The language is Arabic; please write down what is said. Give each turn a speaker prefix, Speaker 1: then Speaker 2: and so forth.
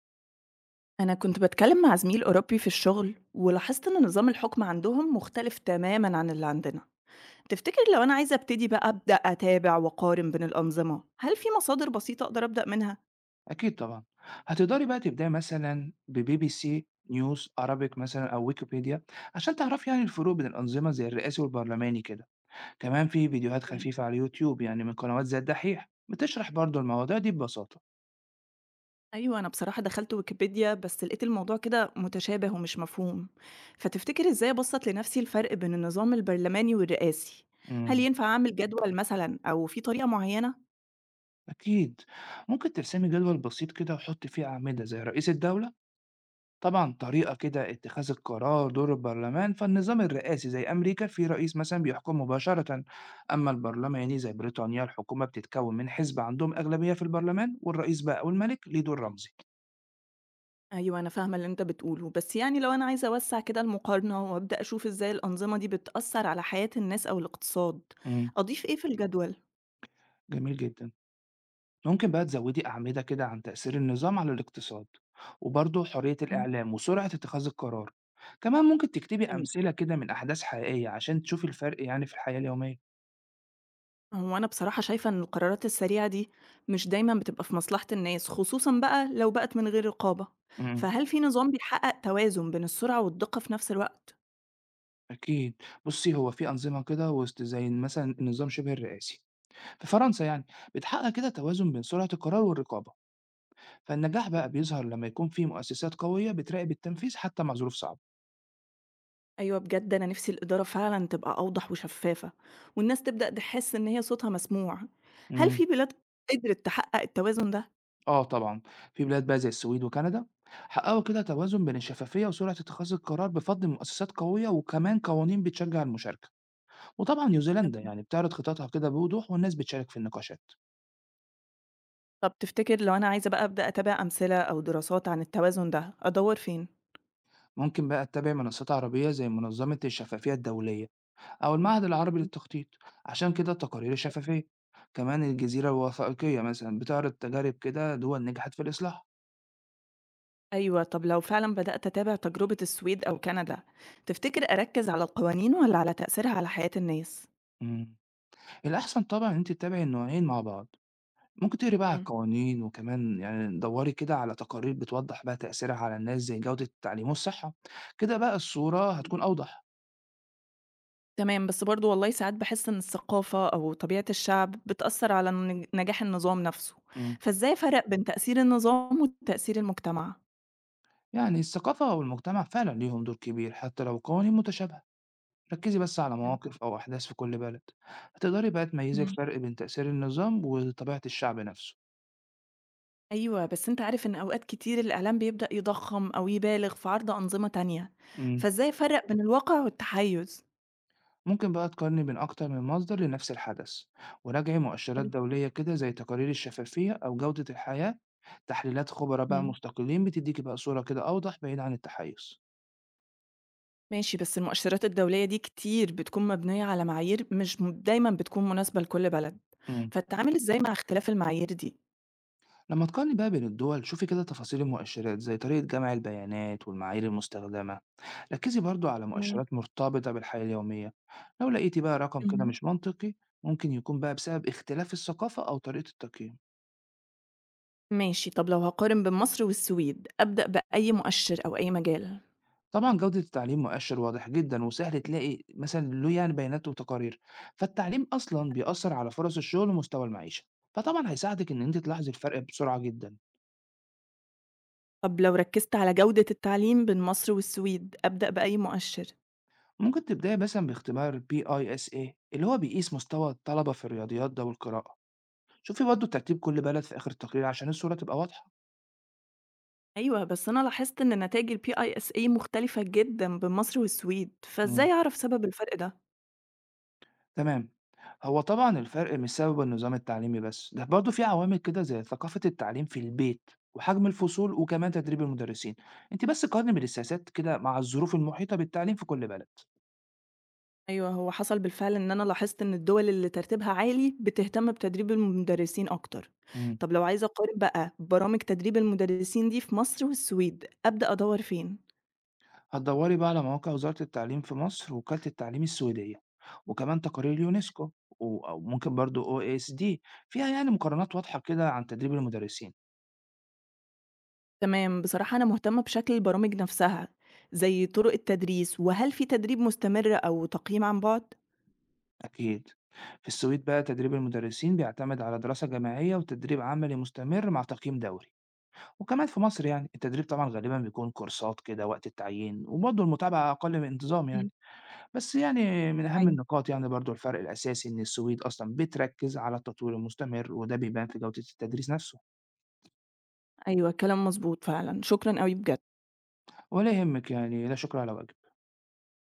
Speaker 1: أنا كنت بتكلم مع زميل أوروبي في الشغل ولاحظت إن نظام الحكم عندهم مختلف تمامًا عن اللي عندنا، تفتكر لو أنا عايزة أبتدي بقى أتابع وأقارن بين الأنظمة، هل في مصادر بسيطة أقدر أبدأ منها؟
Speaker 2: أكيد طبعًا، هتقدري بقى تبدئي مثلًا بBBC News Arabic مثلًا أو ويكيبيديا عشان تعرفي يعني الفروق بين الأنظمة زي الرئاسي والبرلماني كده، كمان في فيديوهات
Speaker 1: تمام.
Speaker 2: خفيفة على اليوتيوب يعني من قنوات زي الدحيح بتشرح برضه المواضيع دي ببساطة.
Speaker 1: أيوه أنا بصراحة دخلت ويكيبيديا بس لقيت الموضوع كده متشابه ومش مفهوم، فتفتكر إزاي أبسط لنفسي الفرق بين النظام البرلماني والرئاسي؟ هل
Speaker 2: إمم،
Speaker 1: ينفع أعمل جدول مثلًا أو في طريقة معينة؟
Speaker 2: أكيد، ممكن ترسمي جدول بسيط كده وحطي فيه أعمدة زي رئيس الدولة طبعًا طريقة كده اتخاذ القرار دور البرلمان، فالنظام الرئاسي زي أمريكا فيه رئيس مثلًا بيحكم مباشرة، أمّا البرلماني زي بريطانيا الحكومة بتتكوّن من حزب عندهم أغلبية في البرلمان، والرئيس بقى أو الملك ليه دور رمزي.
Speaker 1: أيوه، أنا فاهمة اللي أنت بتقوله، بس يعني لو أنا عايزة أوسّع كده المقارنة وأبدأ أشوف إزاي الأنظمة دي بتأثّر على حياة الناس أو الاقتصاد،
Speaker 2: إمم،
Speaker 1: أضيف إيه في الجدول؟
Speaker 2: جميل جدًا. ممكن بقى تزوّدي أعمدة كده عن تأثير النظام على الاقتصاد، وبرضه حرية
Speaker 1: إمم.
Speaker 2: الإعلام وسرعة اتخاذ القرار. كمان ممكن تكتبي
Speaker 1: تمام.
Speaker 2: أمثلة كده من أحداث حقيقية عشان تشوفي الفرق يعني في الحياة اليومية.
Speaker 1: هو أنا بصراحة شايفة إن القرارات السريعة دي مش دايمًا بتبقى في مصلحة الناس، خصوصًا بقى لو بقت من غير رقابة،
Speaker 2: إمم.
Speaker 1: فهل في نظام بيحقق توازن بين السرعة والدقة في نفس الوقت؟
Speaker 2: أكيد. بُصّي، هو في أنظمة كده وسط زي مثلًا النظام شبه الرئاسي في فرنسا يعني، بتحقق كده توازن بين سرعة القرار والرقابة، فالنجاح بقى بيظهر لمّا يكون في مؤسسات قوية بتراقب التنفيذ حتى مع ظروف صعبة.
Speaker 1: أيوه بجد أنا نفسي الإدارة فعلًا تبقى أوضح وشفّافة، والناس تبدأ تحس إن هي صوتها مسموع، هل
Speaker 2: إمم،
Speaker 1: في بلاد قدرت تحقق التوازن ده؟
Speaker 2: آه طبعًا، في بلاد بقى زي السويد وكندا حققوا كده توازن بين الشفافية وسرعة اتخاذ القرار بفضل مؤسسات قوية وكمان قوانين بتشجع المشاركة، وطبعًا نيوزيلندا
Speaker 1: تمام.
Speaker 2: يعني بتعرض خططها كده بوضوح والناس بتشارك في النقاشات.
Speaker 1: طب تفتكر لو أنا عايزة بقى أتابع أمثلة أو دراسات عن التوازن ده، أدوّر فين؟
Speaker 2: ممكن بقى تتابع منصات عربية زي منظمة الشفافية الدولية أو المعهد العربي
Speaker 1: مم.
Speaker 2: للتخطيط عشان كده التقارير شفافية كمان الجزيرة الوثائقية مثلا بتعرض تجارب كده دول نجحت في الإصلاح.
Speaker 1: أيوه، طب لو فعلًا بدأت أتابع تجربة السويد أو كندا، تفتكر أركّز على القوانين والّا على تأثيرها على حياة الناس؟
Speaker 2: مم. الأحسن طبعا إن أنت تتابعي النوعين مع بعض، ممكن تقري بقى على
Speaker 1: إمم،
Speaker 2: القوانين وكمان يعني دوري كده على تقارير بتوضح بقى تأثيرها على الناس زي جودة التعليم والصحة. كده بقى الصورة
Speaker 1: تمام.
Speaker 2: هتكون أوضح.
Speaker 1: تمام، بس برضه والله ساعات باحس إن الثقافة أو طبيعة الشعب بتأثّر على نجاح النظام نفسه،
Speaker 2: مم.
Speaker 1: فإزاي أفرّق بين تأثير النظام وتأثير المجتمع؟
Speaker 2: يعني الثقافة والمجتمع فعلا ليهم دور كبير حتى لو القوانين متشابهة، ركّزي بس على
Speaker 1: حلو.
Speaker 2: مواقف أو أحداث في كل بلد، هتقدري بقى تميّزي
Speaker 1: إمم.
Speaker 2: الفرق بين تأثير النظام وطبيعة الشعب نفسه.
Speaker 1: أيوه، بس أنت عارف إن أوقات كتير الإعلام بيبدأ يضخّم أو يبالغ في عرض أنظمة تانية،
Speaker 2: إمم،
Speaker 1: فإزاي أفرّق بين الواقع والتحيُّز؟
Speaker 2: ممكن بقى تقارني بين أكتر من مصدر لنفس الحدث، وراجعي مؤشرات
Speaker 1: حلو،
Speaker 2: دولية كده زي تقارير الشفافية أو جودة الحياة، تحليلات خبراء بقى
Speaker 1: إمم.
Speaker 2: مستقلين بتديكي بقى صورة كده أوضح بعيد عن التحيز.
Speaker 1: ماشي، بس المؤشرات الدولية دي كتير بتكون مبنية على معايير مش دايمًا بتكون مناسبة لكل بلد،
Speaker 2: إمم،
Speaker 1: فاتعامل إزاي مع اختلاف المعايير دي؟
Speaker 2: لمّا تقارني بقى بين الدول شوفي كده تفاصيل المؤشرات زي طريقة جمع البيانات والمعايير المستخدمة. ركزي برضو على
Speaker 1: تمام،
Speaker 2: مؤشرات مرتبطة بالحياة اليومية، لو لقيتي بقى رقم كده
Speaker 1: اهم.
Speaker 2: مش منطقي ممكن يكون بقى بسبب اختلاف الثقافة أو طريقة التقييم.
Speaker 1: ماشي، طب لو هاقارن بين مصر والسويد، أبدأ بأي مؤشر أو أي مجال؟
Speaker 2: طبعا جودة التعليم مؤشر واضح جدا وسهل تلاقي مثلا له يعني بيانات وتقارير، فالتعليم أصلا بيأثر على فرص الشغل ومستوى المعيشة، فطبعا هيساعدك إن أنت تلاحظي الفرق بسرعة جدا.
Speaker 1: طب لو ركّزت على جودة التعليم بين مصر والسويد، أبدأ بأي مؤشر؟
Speaker 2: ممكن تبدأي مثلا باختبار PISA اللي هو بيقيس مستوى الطلبة في الرياضيات ده والقراءة، شوفي برضو ترتيب كل بلد في آخر التقرير عشان الصورة تبقى واضحة.
Speaker 1: أيوه، بس أنا لاحظت إن نتايج الPISA مختلفة جدًا بين مصر والسويد، فإزاي أعرف سبب الفرق ده؟
Speaker 2: تمام، هو طبعا الفرق مش سبب النظام التعليمي بس، ده برضه في عوامل كده زي ثقافة التعليم في البيت وحجم الفصول وكمان تدريب المدرسين، انت بس قارني بالسياسات كده مع الظروف المحيطة بالتعليم في كل بلد.
Speaker 1: أيوه، هو حصل بالفعل إن أنا لاحظت إن الدول اللي ترتيبها عالي بتهتم بتدريب المدرسين أكتر.
Speaker 2: امم
Speaker 1: طب لو عايزة أقارن بقى برامج تدريب المدرسين دي في مصر والسويد، أبدأ أدوّر فين؟
Speaker 2: هتدوري بقى على مواقع وزارة التعليم في مصر ووكالة التعليم السويدية وكمان تقارير اليونسكو او ممكن برضه OSD فيها يعني مقارنات واضحة كده عن تدريب المدرسين.
Speaker 1: تمام، بصراحة أنا مهتمة بشكل البرامج نفسها، زي طرق التدريس، وهل في تدريب مستمر أو تقييم عن بُعد؟
Speaker 2: اكيد، في السويد بقى تدريب المدرسين بيعتمد على دراسة جماعية وتدريب عملي مستمر مع تقييم دوري، وكمان في مصر يعني التدريب طبعًا غالبًا بيكون كورسات كده وقت التعيين، وبرضه المتابعة أقل من الانتظام يعني،
Speaker 1: إمم.
Speaker 2: بس يعني من أهم
Speaker 1: أيوه،
Speaker 2: النقاط يعني برضه الفرق الأساسي إن السويد أصلًا بتركز على التطوير المستمر، وده بيبان في جودة التدريس نفسه،
Speaker 1: أيوه، كلام مضبوط فعلًا، شكرًا أوي بجد.
Speaker 2: ولا يهمك يعني، لا شكر على واجب.